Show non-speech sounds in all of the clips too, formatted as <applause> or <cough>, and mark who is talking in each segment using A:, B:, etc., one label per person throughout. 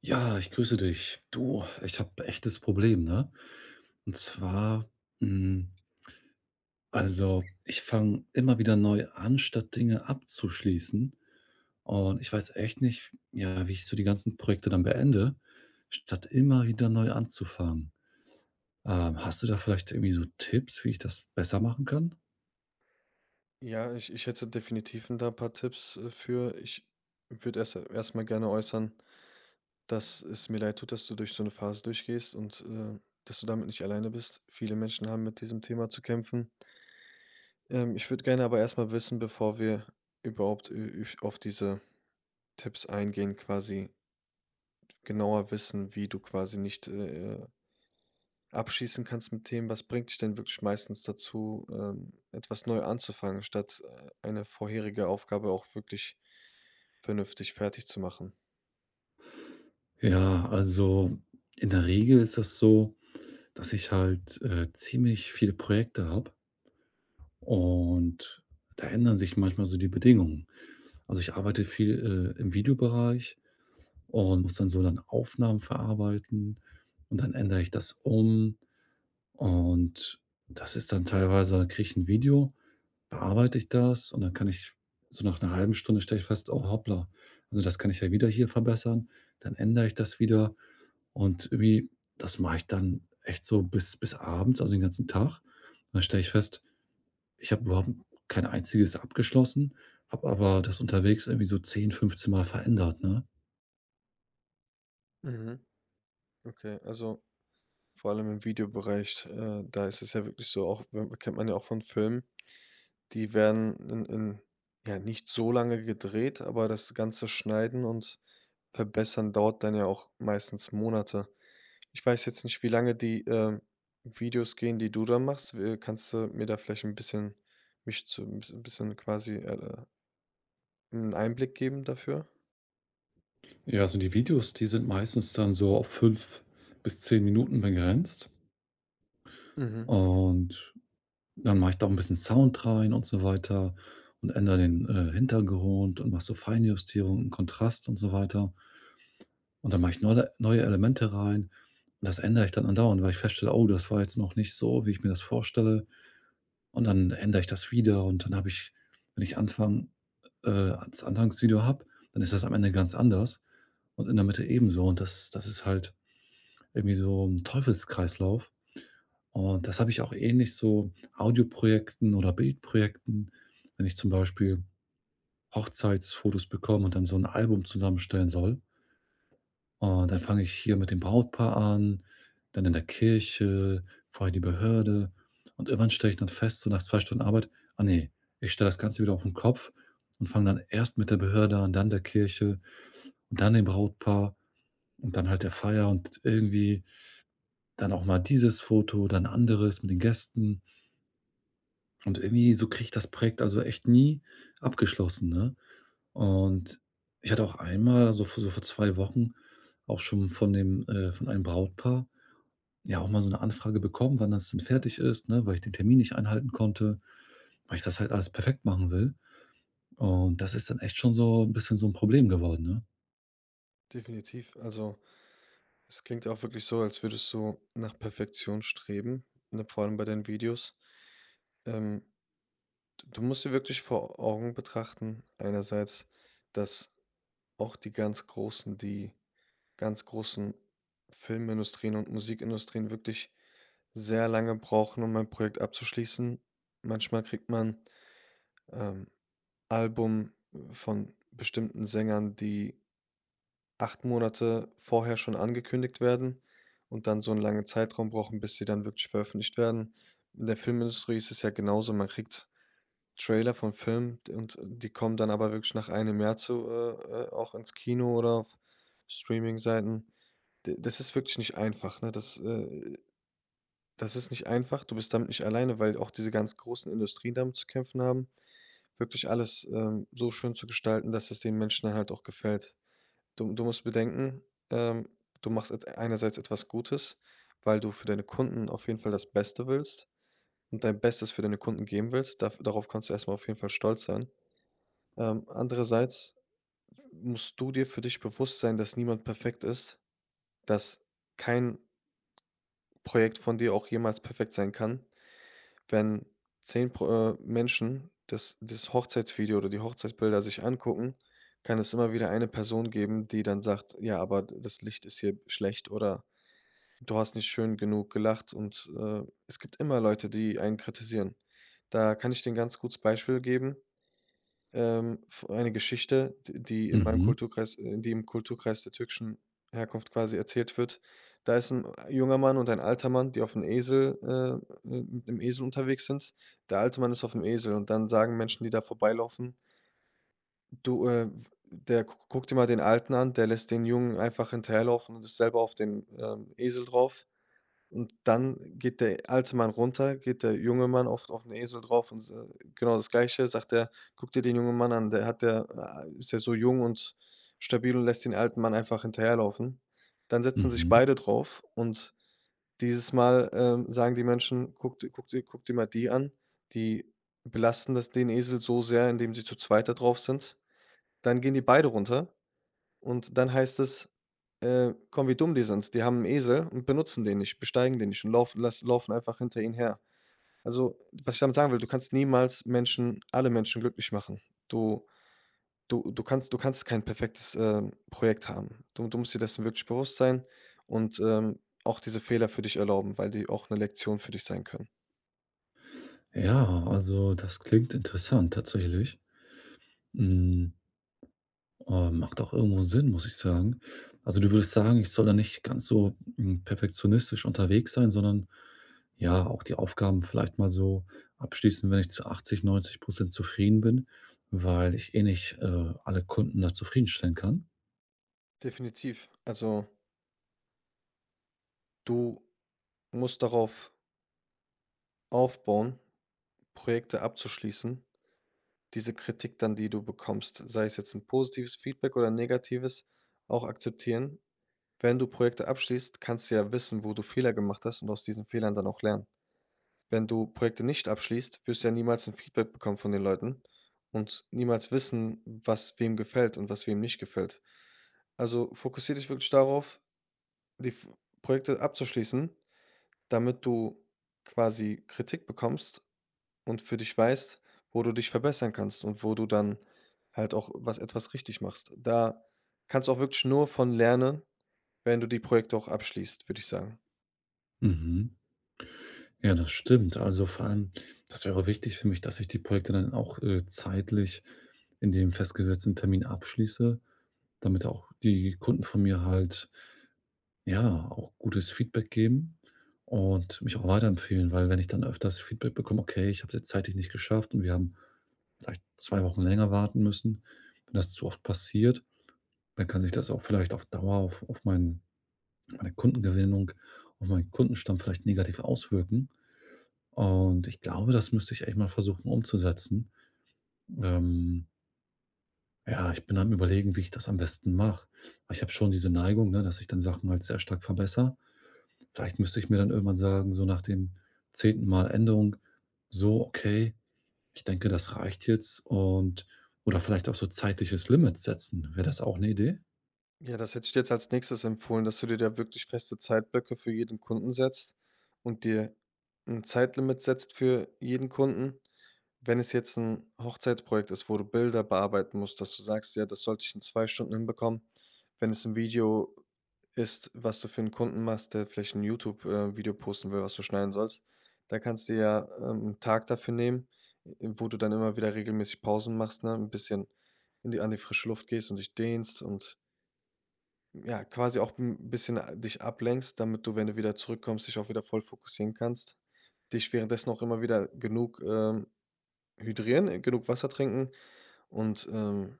A: Ja, ich grüße dich. Du, ich habe echtes Problem, ne? Und zwar, hm, also ich fange immer wieder neu an, statt Dinge abzuschließen. Und ich weiß echt nicht, ja, wie ich so die ganzen Projekte dann beende, statt immer wieder neu anzufangen. Hast du da vielleicht irgendwie so Tipps, wie ich das besser machen kann?
B: Ja, ich hätte definitiv 'n da ein paar Tipps, für. Ich würde erstmal gerne äußern, dass es mir leid tut, dass du durch so eine Phase durchgehst und, dass du damit nicht alleine bist. Viele Menschen haben mit diesem Thema zu kämpfen. Ich würde gerne aber erstmal wissen, bevor wir überhaupt ü üf auf diese Tipps eingehen, quasi genauer wissen, wie du quasi nicht, abschließen kannst mit Themen. Was bringt dich denn wirklich meistens dazu, etwas neu anzufangen, statt, eine vorherige Aufgabe auch wirklich vernünftig fertig zu machen.
A: Ja, also in der Regel ist das so, dass ich halt, ziemlich viele Projekte habe und da ändern sich manchmal so die Bedingungen. Also, ich arbeite viel, im Videobereich und muss dann so dann Aufnahmen verarbeiten und dann ändere ich das um und das ist dann teilweise dann kriege ich 'n Video, bearbeite ich das und dann kann ich so nach einer halben Stunde stelle ich fest: „Oh hoppla, also das kann ich ja wieder hier verbessern.“ Dann ändere ich das wieder und irgendwie, das mache ich dann echt so bis abends, also den ganzen Tag. Dann stelle ich fest, ich habe überhaupt kein einziges abgeschlossen, habe aber das unterwegs irgendwie so 10, 15 Mal verändert, ne?
B: Mhm. Okay, also vor allem im Videobereich, da ist es ja wirklich so, auch we kennt man ja auch von Filmen, die werden in ja, nicht so lange gedreht, aber das ganze Schneiden und Verbessern dauert dann ja auch meistens Monate. Ich weiß jetzt nicht, wie lange die, Videos gehen, die du dann machst. Kannst du mir da vielleicht ein bisschen quasi, 'n Einblick geben dafür?
A: Ja, also die Videos, die sind meistens dann so auf 5 bis 10 Minuten begrenzt.
B: Mhm.
A: Und dann mache ich da auch ein bisschen Sound rein und so weiter und ändere den, Hintergrund und mache so Feinjustierung und Kontrast und so weiter. Und dann mache ich neue Elemente rein. Das ändere ich dann andauernd, weil ich feststelle: „Oh, das war jetzt noch nicht so, wie ich mir das vorstelle.“ Und dann ändere ich das wieder und dann habe ich wenn ich Anfang äh, das Anfangsvideo habe, dann ist das am Ende ganz anders und in der Mitte ebenso. Und das ist halt irgendwie so 'n Teufelskreislauf. Und das habe ich auch ähnlich so Audioprojekten oder Bildprojekten, wenn ich zum Beispiel Hochzeitsfotos bekomme und dann so ein Album zusammenstellen soll. Und dann fange ich hier mit dem Brautpaar an, dann in der Kirche, vorher die Behörde. Und irgendwann stelle ich dann fest, so nach 2 Stunden Arbeit: „Ah nee, ich stelle das Ganze wieder auf den Kopf“ und fange dann erst mit der Behörde an, dann der Kirche und dann dem Brautpaar und dann halt der Feier und irgendwie dann auch mal dieses Foto, dann anderes mit den Gästen. Und irgendwie so kriege ich das Projekt also echt nie abgeschlossen, ne? Und ich hatte auch einmal, also vor so vor 2 Wochen, auch schon von dem von einem Brautpaar ja auch mal so 'ne Anfrage bekommen, wann das denn fertig ist, ne, weil ich den Termin nicht einhalten konnte, weil ich das halt alles perfekt machen will. Und das ist dann echt schon so 'n bisschen so 'n Problem geworden, ne?
B: Definitiv. Also, es klingt ja auch wirklich so, als würdest du nach Perfektion streben, ne, vor allem bei deinen Videos. Ähm, d du musst dir wirklich vor Augen betrachten, einerseits, dass auch die ganz großen Filmindustrien und Musikindustrien wirklich sehr lange brauchen, um ein Projekt abzuschließen. Manchmal kriegt man, ähm, Album, von bestimmten Sängern, die acht Monate vorher schon angekündigt werden und dann so 'n langen Zeitraum brauchen, bis sie dann wirklich veröffentlicht werden. In der Filmindustrie ist es ja genauso, man kriegt Trailer von Filmen d und die kommen dann aber wirklich nach einem Jahr zu auch ins Kino oder auf Streaming-Seiten. D das ist wirklich nicht einfach, ne? Das ist nicht einfach. Du bist damit nicht alleine, weil auch diese ganz großen Industrien damit zu kämpfen haben, wirklich alles, so schön zu gestalten, dass es den Menschen dann halt auch gefällt. Du musst bedenken, ähm, du machst et einerseits etwas Gutes, weil du für deine Kunden auf jeden Fall das Beste willst und dein Bestes für deine Kunden geben willst. Daf darauf kannst du erst mal auf jeden Fall stolz sein. Andererseits musst du dir für dich bewusst sein, dass niemand perfekt ist, dass kein Projekt von dir auch jemals perfekt sein kann. Wenn 10 Pro Menschen das Hochzeitsvideo oder die Hochzeitsbilder sich angucken, kann es immer wieder eine Person geben, die dann sagt: „Ja, aber das Licht ist hier schlecht“ oder du hast nicht schön genug gelacht und, es gibt immer Leute, die einen kritisieren. Da kann ich dir 'n ganz gutes Beispiel geben, f eine Geschichte, d die in meinem
A: Mhm,
B: Kulturkreis die im Kulturkreis der türkischen Herkunft quasi erzählt wird. Da ist ein junger Mann und ein alter Mann, die auf 'n Esel mit 'nem Esel unterwegs sind. Der alte Mann ist auf dem Esel und dann sagen Menschen, die da vorbeilaufen: „Du, der gu guck dir mal den Alten an, der lässt den Jungen einfach hinterherlaufen und ist selber auf dem, Esel drauf.“ Und dann geht der alte Mann runter, geht der junge Mann oft auf den Esel drauf und s genau das Gleiche, sagt er: „Guck dir den jungen Mann an, der hat der a ist ja so jung und stabil und lässt den alten Mann einfach hinterherlaufen.“ Dann setzen sich
A: mhm.
B: beide drauf und dieses Mal, sagen die Menschen: „Guck dir guck dir guck dir mal die an.“ Die belasten das den Esel so sehr, indem sie zu zweit da drauf sind. Dann gehen die beide runter. Und dann heißt es, komm, wie dumm die sind. Die haben einen Esel und benutzen den nicht, besteigen den nicht und laufen einfach hinter ihnen her. Also, was ich damit sagen will, du kannst niemals Menschen alle Menschen glücklich machen. Du du kannst kein perfektes, Projekt haben. Du musst dir dessen wirklich bewusst sein und, auch diese Fehler für dich erlauben, weil die auch eine Lektion für dich sein können.
A: Ja, also das klingt interessant tatsächlich. Hm. Macht auch irgendwo Sinn, muss ich sagen. Also, du würdest sagen, ich soll da nicht ganz so, perfektionistisch unterwegs sein, sondern, ja, auch die Aufgaben vielleicht mal so abschließen, wenn ich zu 80, 90 zufrieden bin, weil ich eh nicht, alle Kunden da zufriedenstellen kann.
B: Definitiv. Also, du musst darauf aufbauen, Projekte abzuschließen, diese Kritik dann, die du bekommst, sei es jetzt ein positives Feedback oder ein negatives, auch akzeptieren. Wenn du Projekte abschließt, kannst du ja wissen, wo du Fehler gemacht hast und aus diesen Fehlern dann auch lernen. Wenn du Projekte nicht abschließt, wirst du ja niemals ein Feedback bekommen von den Leuten und niemals wissen, was wem gefällt und was wem nicht gefällt. Also, fokussiere dich wirklich darauf, die F Projekte abzuschließen, damit du quasi Kritik bekommst und für dich weißt, wo du dich verbessern kannst und wo du dann halt auch was etwas richtig machst. Da kannst du auch wirklich nur von lernen, wenn du die Projekte auch abschließt, würde ich sagen.
A: Mhm. Ja, das stimmt. Also, vor allem, das wäre wichtig für mich, dass ich die Projekte dann auch, zeitlich in dem festgesetzten Termin abschließe, damit auch die Kunden von mir halt ja, auch gutes Feedback geben und mich auch weiterempfehlen, weil wenn ich dann öfters Feedback bekomme: „Okay, ich habe es jetzt zeitlich nicht geschafft und wir haben vielleicht 2 Wochen länger warten müssen.“ Wenn das zu oft passiert, dann kann sich das auch vielleicht auf Dauer auf meinen meine Kundengewinnung, auf meinen Kundenstamm vielleicht negativ auswirken. Und ich glaube, das müsste ich echt mal versuchen umzusetzen. Ähm, ja, ich bin am Überlegen, wie ich das am besten mache. Ich habe schon diese Neigung, ne, dass ich dann Sachen halt sehr stark verbessere. Vielleicht müsste ich mir dann irgendwann sagen, so nach dem zehnten Mal Änderung: „So, okay, ich denke, das reicht jetzt“ und oder vielleicht auch so zeitliches Limit setzen. Wäre das auch eine Idee?
B: Ja, das hätte ich dir jetzt als Nächstes empfohlen, dass du dir da wirklich feste Zeitblöcke für jeden Kunden setzt und dir ein Zeitlimit setzt für jeden Kunden. Wenn es jetzt ein Hochzeitsprojekt ist, wo du Bilder bearbeiten musst, dass du sagst: „Ja, das sollte ich in 2 Stunden hinbekommen.“ Wenn es ein Video ist, was du für einen Kunden machst, der vielleicht ein YouTube Video posten will, was du schneiden sollst, da kannst du ja, 'n Tag dafür nehmen, wo du dann immer wieder regelmäßig Pausen machst, ne, 'n bisschen in die an die frische Luft gehst und dich dehnst und, ja, quasi auch ein bisschen a dich ablenkst, damit du, wenn du wieder zurückkommst, dich auch wieder voll fokussieren kannst. Dich währenddessen auch immer wieder genug, Hydrieren, genug Wasser trinken und,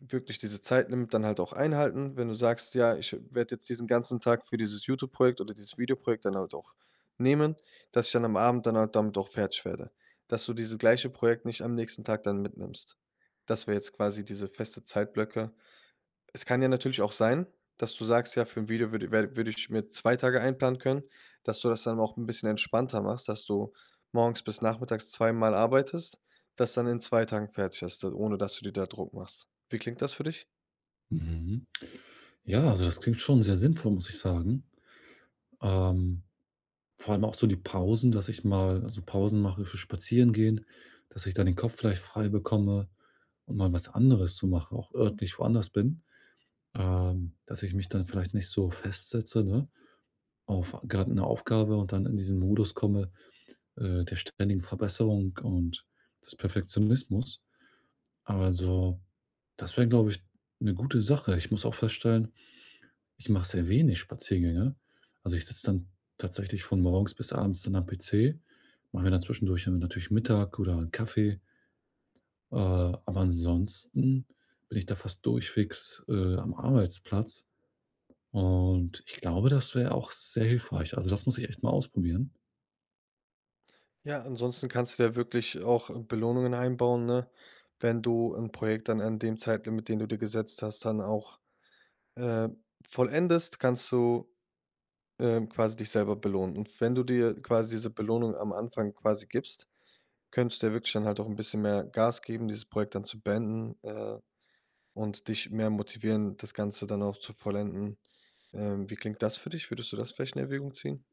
B: wirklich diese Zeit nimmt, dann halt auch einhalten. Wenn du sagst: „Ja, ich werde jetzt diesen ganzen Tag für dieses YouTube-Projekt oder dieses Videoprojekt dann halt auch nehmen“, dass ich dann am Abend dann halt damit auch fertig werde. Dass du dieses gleiche Projekt nicht am nächsten Tag dann mitnimmst. Das wäre jetzt quasi diese feste Zeitblöcke, es kann ja natürlich auch sein, dass du sagst: „Ja, für ein Video würde ich mir 2 Tage einplanen können“, dass du das dann auch ein bisschen entspannter machst, dass du morgens bis nachmittags zweimal arbeitest, das dann in 2 Tagen fertig hast, da ohne dass du dir da Druck machst. Wie klingt das für dich?
A: Mhm. Ja, also, das klingt schon sehr sinnvoll, muss ich sagen. Ähm, vor allem auch so die Pausen, dass ich mal so Pausen mache für Spazierengehen, dass ich dann den Kopf vielleicht frei bekomme und mal was anderes zu machen auch örtlich woanders bin. Dass ich mich dann vielleicht nicht so festsetze, ne? Auf gerade eine Aufgabe und dann in diesen Modus komme, der ständigen Verbesserung und des Perfektionismus. Also, das wäre, glaube ich, eine gute Sache. Ich muss auch feststellen, ich mache sehr wenig Spaziergänge. Also, ich sitze dann tatsächlich von morgens bis abends dann am PC, mache mir dann zwischendurch ja natürlich Mittag oder 'n Kaffee, aber ansonsten bin ich da fast durchwegs, am Arbeitsplatz und ich glaube, das wäre auch sehr hilfreich. Also, das muss ich echt mal ausprobieren.
B: Ja, ansonsten kannst du ja wirklich auch Belohnungen einbauen, ne? Wenn du ein Projekt dann an dem Zeitlimit, den du dir gesetzt hast, dann auch, äh, vollendest, kannst du, quasi dich selber belohnen. Und wenn du dir quasi diese Belohnung am Anfang quasi gibst, könntest du ja wirklich dann halt auch ein bisschen mehr Gas geben, dieses Projekt dann zu beenden, und dich mehr motivieren, das Ganze dann auch zu vollenden. Wie klingt das für dich? Würdest du das vielleicht in Erwägung ziehen?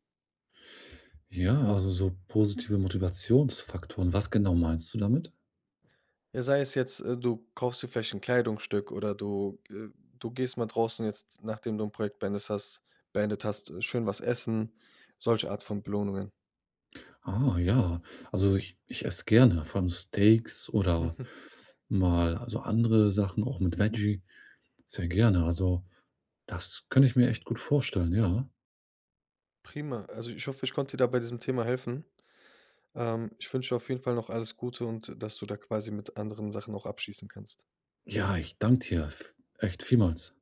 A: Ja, also so positive Motivationsfaktoren. Was genau meinst du damit?
B: Ja, sei es jetzt, du kaufst dir vielleicht ein Kleidungsstück oder du gehst mal draußen jetzt, nachdem du ein Projekt beendet hast, schön was essen, solche Art von Belohnungen.
A: Ah, ja. Also ich esse gerne, vor allem so Steaks oder
B: <laughs>
A: mal also andere Sachen, auch mit Veggie, sehr gerne. Also das könnte ich mir echt gut vorstellen, ja.
B: Prima. Also, ich hoffe, ich konnte dir da bei diesem Thema helfen. Ich wünsche dir auf jeden Fall noch alles Gute und dass du da quasi mit anderen Sachen auch abschließen kannst.
A: Ja, ich danke dir echt vielmals.